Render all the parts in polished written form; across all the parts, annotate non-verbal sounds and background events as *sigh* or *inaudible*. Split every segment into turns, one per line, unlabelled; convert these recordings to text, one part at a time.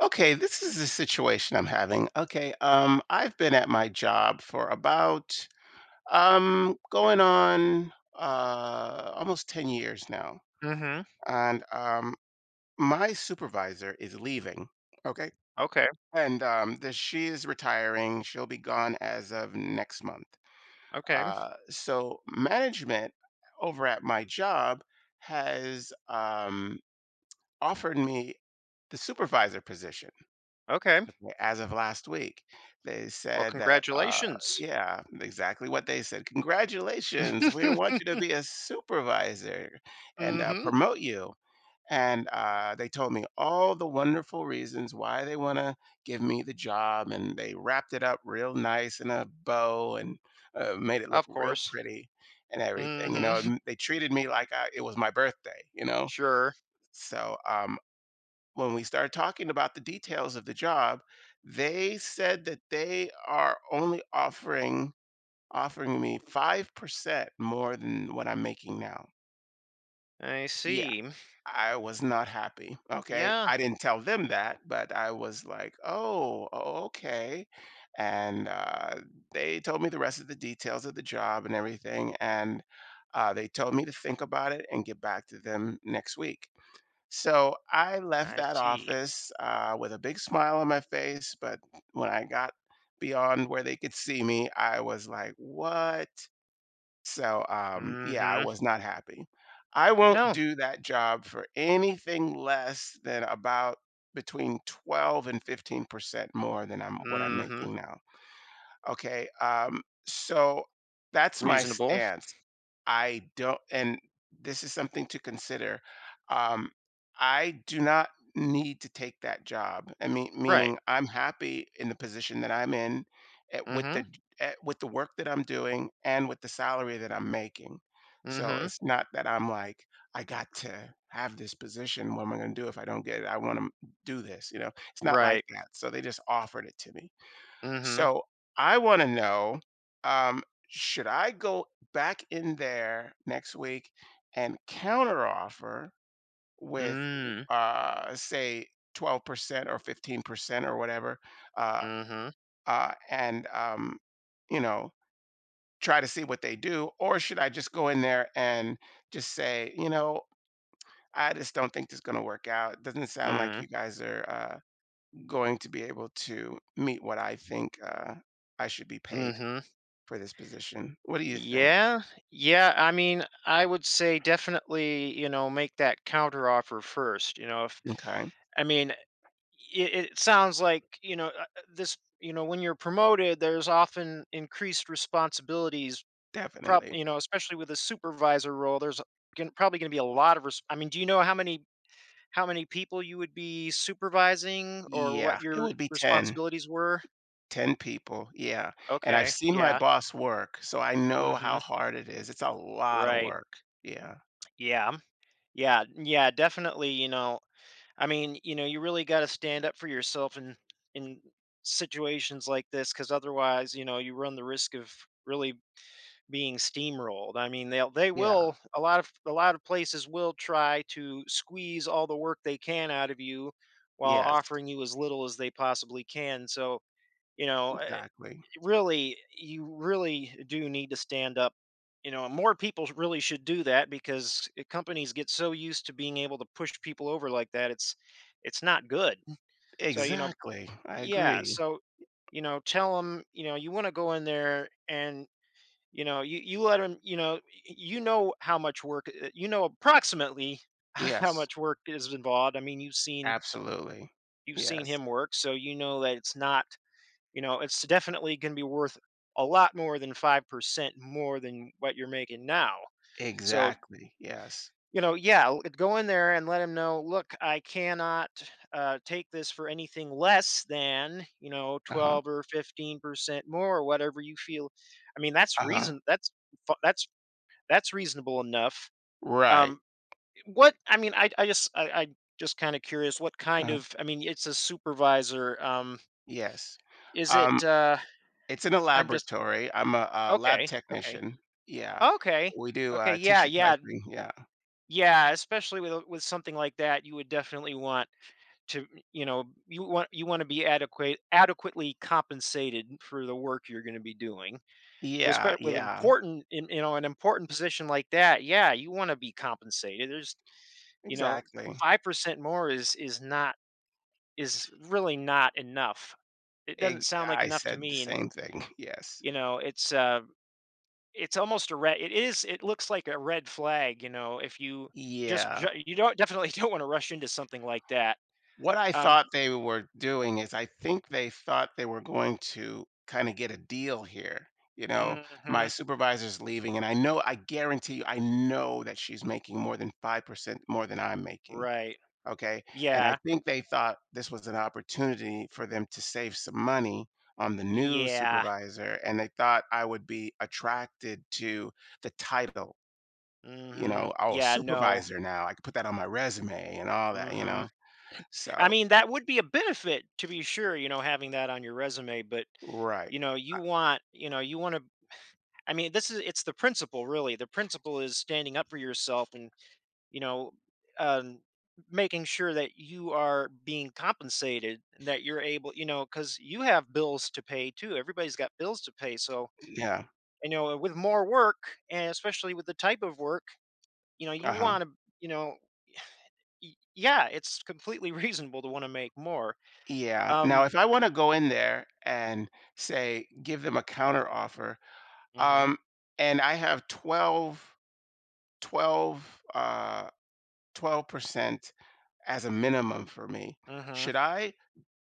Okay, this is the situation I'm having. Okay, I've been at my job for about going on almost 10 years now.
Mhm.
And My supervisor is leaving. Okay.
Okay,
She is retiring. She'll be gone as of next month.
okay,
So management over at my job has offered me the supervisor position.
okay.
As of last week, they
Well,
said that,
congratulations.
yeah, exactly what they said, "Congratulations, we want you to
*laughs*
be a supervisor and,
Mhm.
promote you," and, they told me all the wonderful reasons why they wanna give me the job, and they wrapped it up real nice in a bow and, made it look
Of
real
course.
pretty and everything, you
Mhm.
know,
*laughs*
and they treated me like I it was my birthday, you know?
Sure.
So when we started talking about the details of the job, they said that they are only offering me 5% more than what I'm making now.
I
Yeah,
see.
I was not happy. Okay.
Yeah,
I didn't tell them that, but I was like, oh, okay. And They told me the rest of the details of the job and everything. And they told me to think about it and get back to them next week. So I left
I
that
see.
office with a big smile on my face. But when I got beyond where they could see me, I was like, what? Yeah, I
Mhm.
was not happy. I won't
No.
do that job for anything less than about between 12 and 15% more than I'm what I'm
Mhm.
making now. Okay. Um, so that's my
Reasonable.
stance. I don't and This is something to consider. Um, I do not need to take that job. I mean,
Right.
meaning I'm happy in the position that I'm in at, with the
Mhm.
at, with the work that I'm doing and with the salary that I'm making. So
Mhm.
it's not that I'm like I got to have this position. What am I going to do if I don't get it? I want to do this. You know, it's not like
Right.
that. So they just offered it to me.
Mhm.
So I want to know, um, should I go back in there next week and counter offer with,
Mm.
uh, say, 12% or 15% or whatever, uh,
Mhm.
uh, and, um, you know, try to see what they do? Or should I just go in there and just say, you know, I just don't think this is going to work out. It doesn't sound like
Mm.
you guys are going to be able to meet what I think I should be paid
Mhm.
for this position. What do you think?
Yeah. Yeah, I mean, I would say definitely, you know, make that counteroffer first. you know, if
Okay,
I mean, it, it sounds like, this, you know, when you're promoted, there's often increased responsibilities. Prob
definitely.
You know, especially with a supervisor role, there's probably going to be a lot of I mean, do you know how many, how many people you would be supervising or
Yeah,
what
it
your
would be
responsibilities were?
10 people. Yeah. And I've
Okay,
seen my
yeah.
boss work, so I know how
Mhm.
hard it is. It's a lot of
Right.
work. Yeah.
Yeah. Yeah, yeah, definitely, you know. I mean, you know, you really got to stand up for yourself in situations like this, because otherwise, you know, you run the risk of really being steamrolled. I mean, they
Yeah.
will, a lot of, a lot of places will try to squeeze all the work they can out of you while
Yes,
offering you as little as they possibly can. So, you know,
exactly.
really, you really do need to stand up. You know, and more people really should do that, because companies get so used to being able to push people over like that, it's not good. So you know,
Exactly. I
yeah,
agree.
so you know, tell them, you know, you want to go in there and, you know, you let them you know, you know how much work, you know, approximately *laughs* how
Yes,
much work is involved. I mean, you've seen,
absolutely.
you've seen
Yes,
him work, so you know that it's not, you know, it's definitely gonna be worth a lot more than 5% more than what you're making now. So,
exactly. Yes.
you know, yeah, go in there and let him know, look, I cannot take this for anything less than, you know,
Uh-huh.
12 or 15% more, or whatever you feel. I mean,
Uh-huh.
fu- that's that's reasonable enough.
Right.
Um, what I mean, I just, I just kind of curious what kind
Uh-huh.
of, I mean, it's a supervisor.
Yes.
Is
Um
it,
It's in a
I'm just,
laboratory. I'm a, lab
okay, okay.
technician. Yeah.
Okay.
We do,
Okay. Yeah.
tissue
Yeah.
typing, yeah.
Yeah. Especially with, with something like that, you would definitely want to, you know, you want, you want to be adequately compensated for the work you're going to be doing. With
Yeah,
with
yeah,
important, in, you know, an important position like that, yeah, you want to be compensated. There's, you know,
exactly.
5% more is not, is really not enough. It doesn't
Ig
sound like
I
enough to
said the
me, and
same thing, *laughs* yes.
you know, it's almost a red, it is, it looks like a red flag, you know, if you just
Yeah.
ju you don't definitely *laughs* don't wanna rush into something like that.
What I
Um,
thought they were doing is I think they thought they were going to kinda get a deal here, you know? My
mhm,
supervisor's leaving, and I guarantee you, I know that she's making more than 5% more than I'm making.
right.
Okay, and I
Yeah.
think they thought this was an opportunity for them to save some money on the new
Yeah.
supervisor, and they thought I would be attracted to the title, you
Mhm.
know, "Oh,
Yeah, no.
supervisor now, I could put that on my resume," and all that, you
Mhm.
know?
I
So
mean, that would be a benefit to be sure, you know, having that on your resume, but,
right.
you know, you know, you wanna, I mean, this is, it's the principle, really. The principle is standing up for yourself and, you know, um, making sure that you are being compensated and that you're able, you know, because you have bills to pay too. Everybody's got bills to pay. So,
Yeah.
you know, with more work, and especially with the type of work, you know, you
Uh-huh.
want to, you know, yeah, it's completely *laughs* reasonable to want to make more.
Yeah. Now
Um,
if I wanna go in there and say, give them a counteroffer,
mhm,
um, and I have 12, uh, 12% as a minimum for me.
mhm.
Should I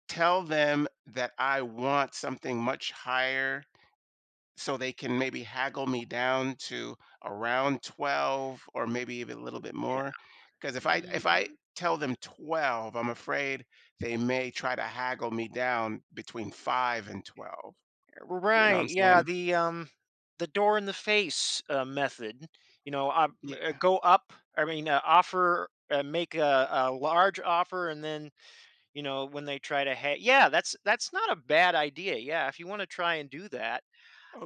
tell them that I want something much higher so they can maybe haggle me down to around 12 or maybe even a little bit more? Because if
Yeah.
I tell them 12, I'm afraid they may try to haggle me down between 5 and 12. You know what
Right.
I'm
Yeah.
saying?
The the door in the face method. You know,
Yeah.
go up. I mean, offer, make a large offer, and then you know when they try to yeah, that's not a bad idea. Yeah, if you want to try and do that.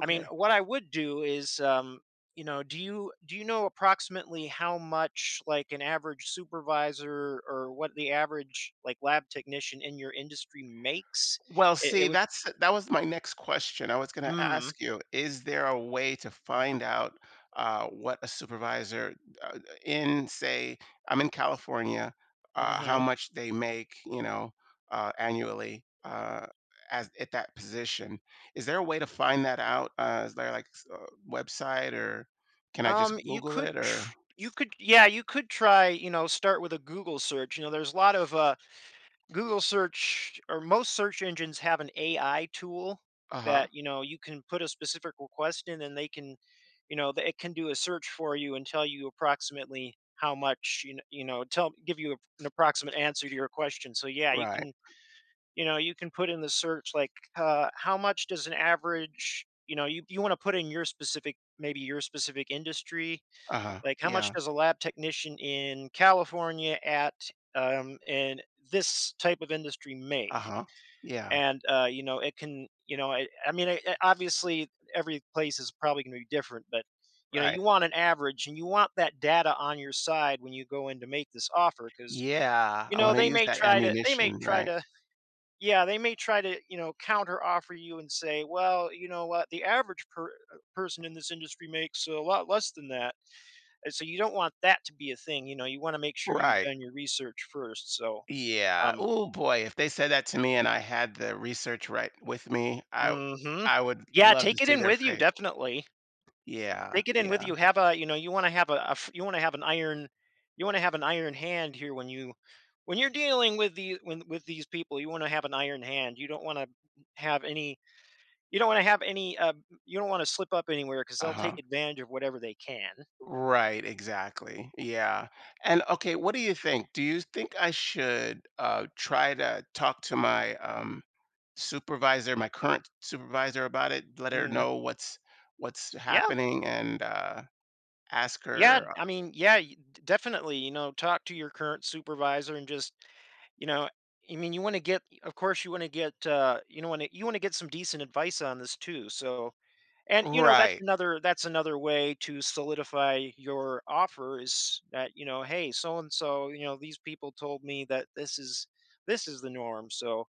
I mean, what I would do is, you know, do you know approximately how much like an average supervisor or what the average, like, lab technician in your industry makes?
Well,
It
see,
would.
that was my next question. I was going to
Mm.
ask you, is there a way to find out what a supervisor uh, in, say, I'm in California, how much they make, you know, annually as at that position? Is there a way to find that out? Is there like a website or can I
Um,
just
you
Google
could
it or?
tr you could, yeah, you could try, you know, start with a Google search. You know, there's a lot of, Google search, or most search engines have an AI tool
Uh-huh.
that, you know, you can put a specific request in, and they can, you know, th it can do a search for you and tell you approximately how much, you know, tell give you an approximate answer to your question. So, yeah, you
Right.
can, you know, you can put in the search like, how much does an average, you know, you wanna put in your specific, maybe your specific industry,
Uh-huh.
like, how much
Yeah.
does a lab technician in California at, in this type of industry make?
Uh-huh. Yeah.
And, you know, it can, you know, I- obviously every place is probably going to be different, but, you know,
Right.
you want an average, and you want that data on your side when you go in to make this offer, because,
Yeah,
you
I
know,
want to use that
they may
ammunition,
try
right?
to, yeah, they may try to, you know, counter offer you and say, well, you know what, the average person in this industry makes a lot less than that, and so you don't want that to be a thing. You know, you wanna make sure you've
Right.
done your research first. So,
Yeah.
um,
Oh boy, if they said that to me and I had the research right with me,
mhm.
I would
Yeah,
love to
take it
see
in
their
with you,
face.
definitely.
Yeah.
Take it in with
Yeah.
you, have a, you know, you wanna have a f you wanna have an iron, you wanna have an iron hand here when you, when you're dealing with the, when with these people, you wanna have an iron hand. You don't wanna have any, you don't wanna have any, you don't wanna slip up anywhere, because 'cause they'll
Uh-huh.
take advantage of whatever they can.
Right, exactly. Yeah. And okay, what do you think? Do you think I should try to talk to my supervisor, my current supervisor about it, let her
Mhm.
know what's
Yeah.
happening and ask
Yeah,
her
I mean, yeah, definitely. You know, talk to your current supervisor and just, you know, I mean, you want to get, of course, you want to get, you know, want to you want to get some decent advice on this too. So, and you know, that's
right.
another, that's another way to solidify your offer, is that, you know, hey, so and so, you know, these people told me that this is, this is the norm. So,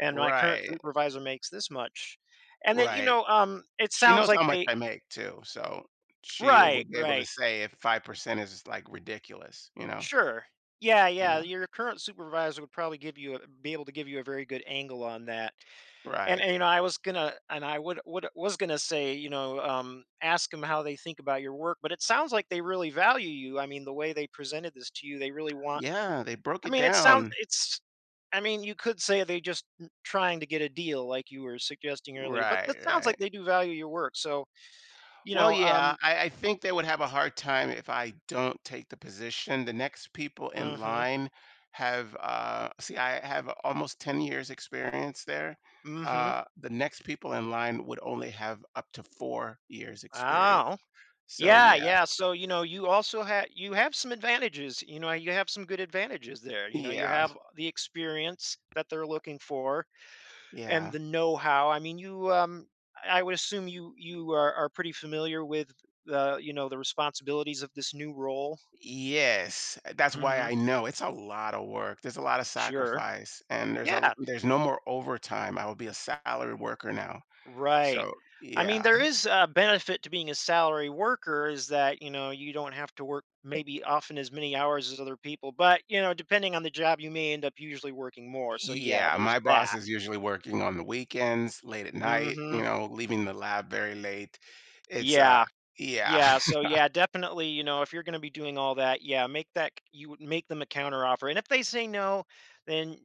and my current
Right.
supervisor makes this much, and then you
Right.
know, it
She
sounds
knows
like
how much
they,
I make too, so she will
right,
be able to
right.
say if 5% is like ridiculous, you know?
Sure. Yeah, yeah.
Yeah,
Your current supervisor would probably give you a, be able to give you a very good angle on that.
right.
And you know, I would, was gonna say, you know, ask them how they think about your work. But it sounds like they really value you. I mean, the way they presented this to you, they really want.
Yeah, they broke
I
it
mean, it sounds
down.
it's. I mean, you could say they just trying to get a deal, like you were suggesting earlier. But
Right,
it sounds like
right.
they do value your work. So you
Well,
know,
yeah, I think they would have a hard time if I don't take the position. The next people in
mm-hmm,
line have, see, I have almost 10 years experience there.
mm-hmm.
The next people in line would only have up to 4 years experience.
Oh,
So
yeah,
yeah,
yeah. So, you know, you have some advantages. You know, you have some good advantages there. You know, you
yeah,
have the experience that they're looking for and
yeah.
the know-how. I mean, you, um, I would assume you, you are pretty familiar with the, you know, the responsibilities of this new role.
Yes, that's why
Mhm.
I know it's a lot of work. There's a lot of
Sure.
sacrifice, and
Yeah.
there's no more overtime. I will be a salaried worker now.
Right.
So
I mean,
yeah,
there is a benefit to being a salary worker, is that, you know, you don't have to work maybe often as many hours as other people, but, you know, depending on the job, you may end up usually working more. So, yeah,
yeah.
there's
My boss is
that.
usually working on the weekends, late at night.
Hmm.
You know, leaving the lab very late. It's
Yeah.
yeah.
Yeah. So,
*laughs*
yeah, definitely, you know, if you're going to be doing all that, yeah, make that, you would make them a counter offer. And if they say no, then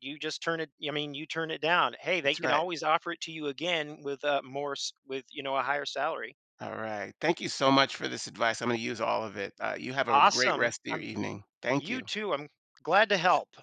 you just turn it, I mean, you turn it down. Hey, they
That's
can
right.
always offer it to you again with, more, with, you know, a higher salary.
All right. Thank you so much for this advice. I'm going to use all of it. You have a great
Awesome.
rest of your
I'm
evening. Thank
You
you.
too. I'm Glad to help.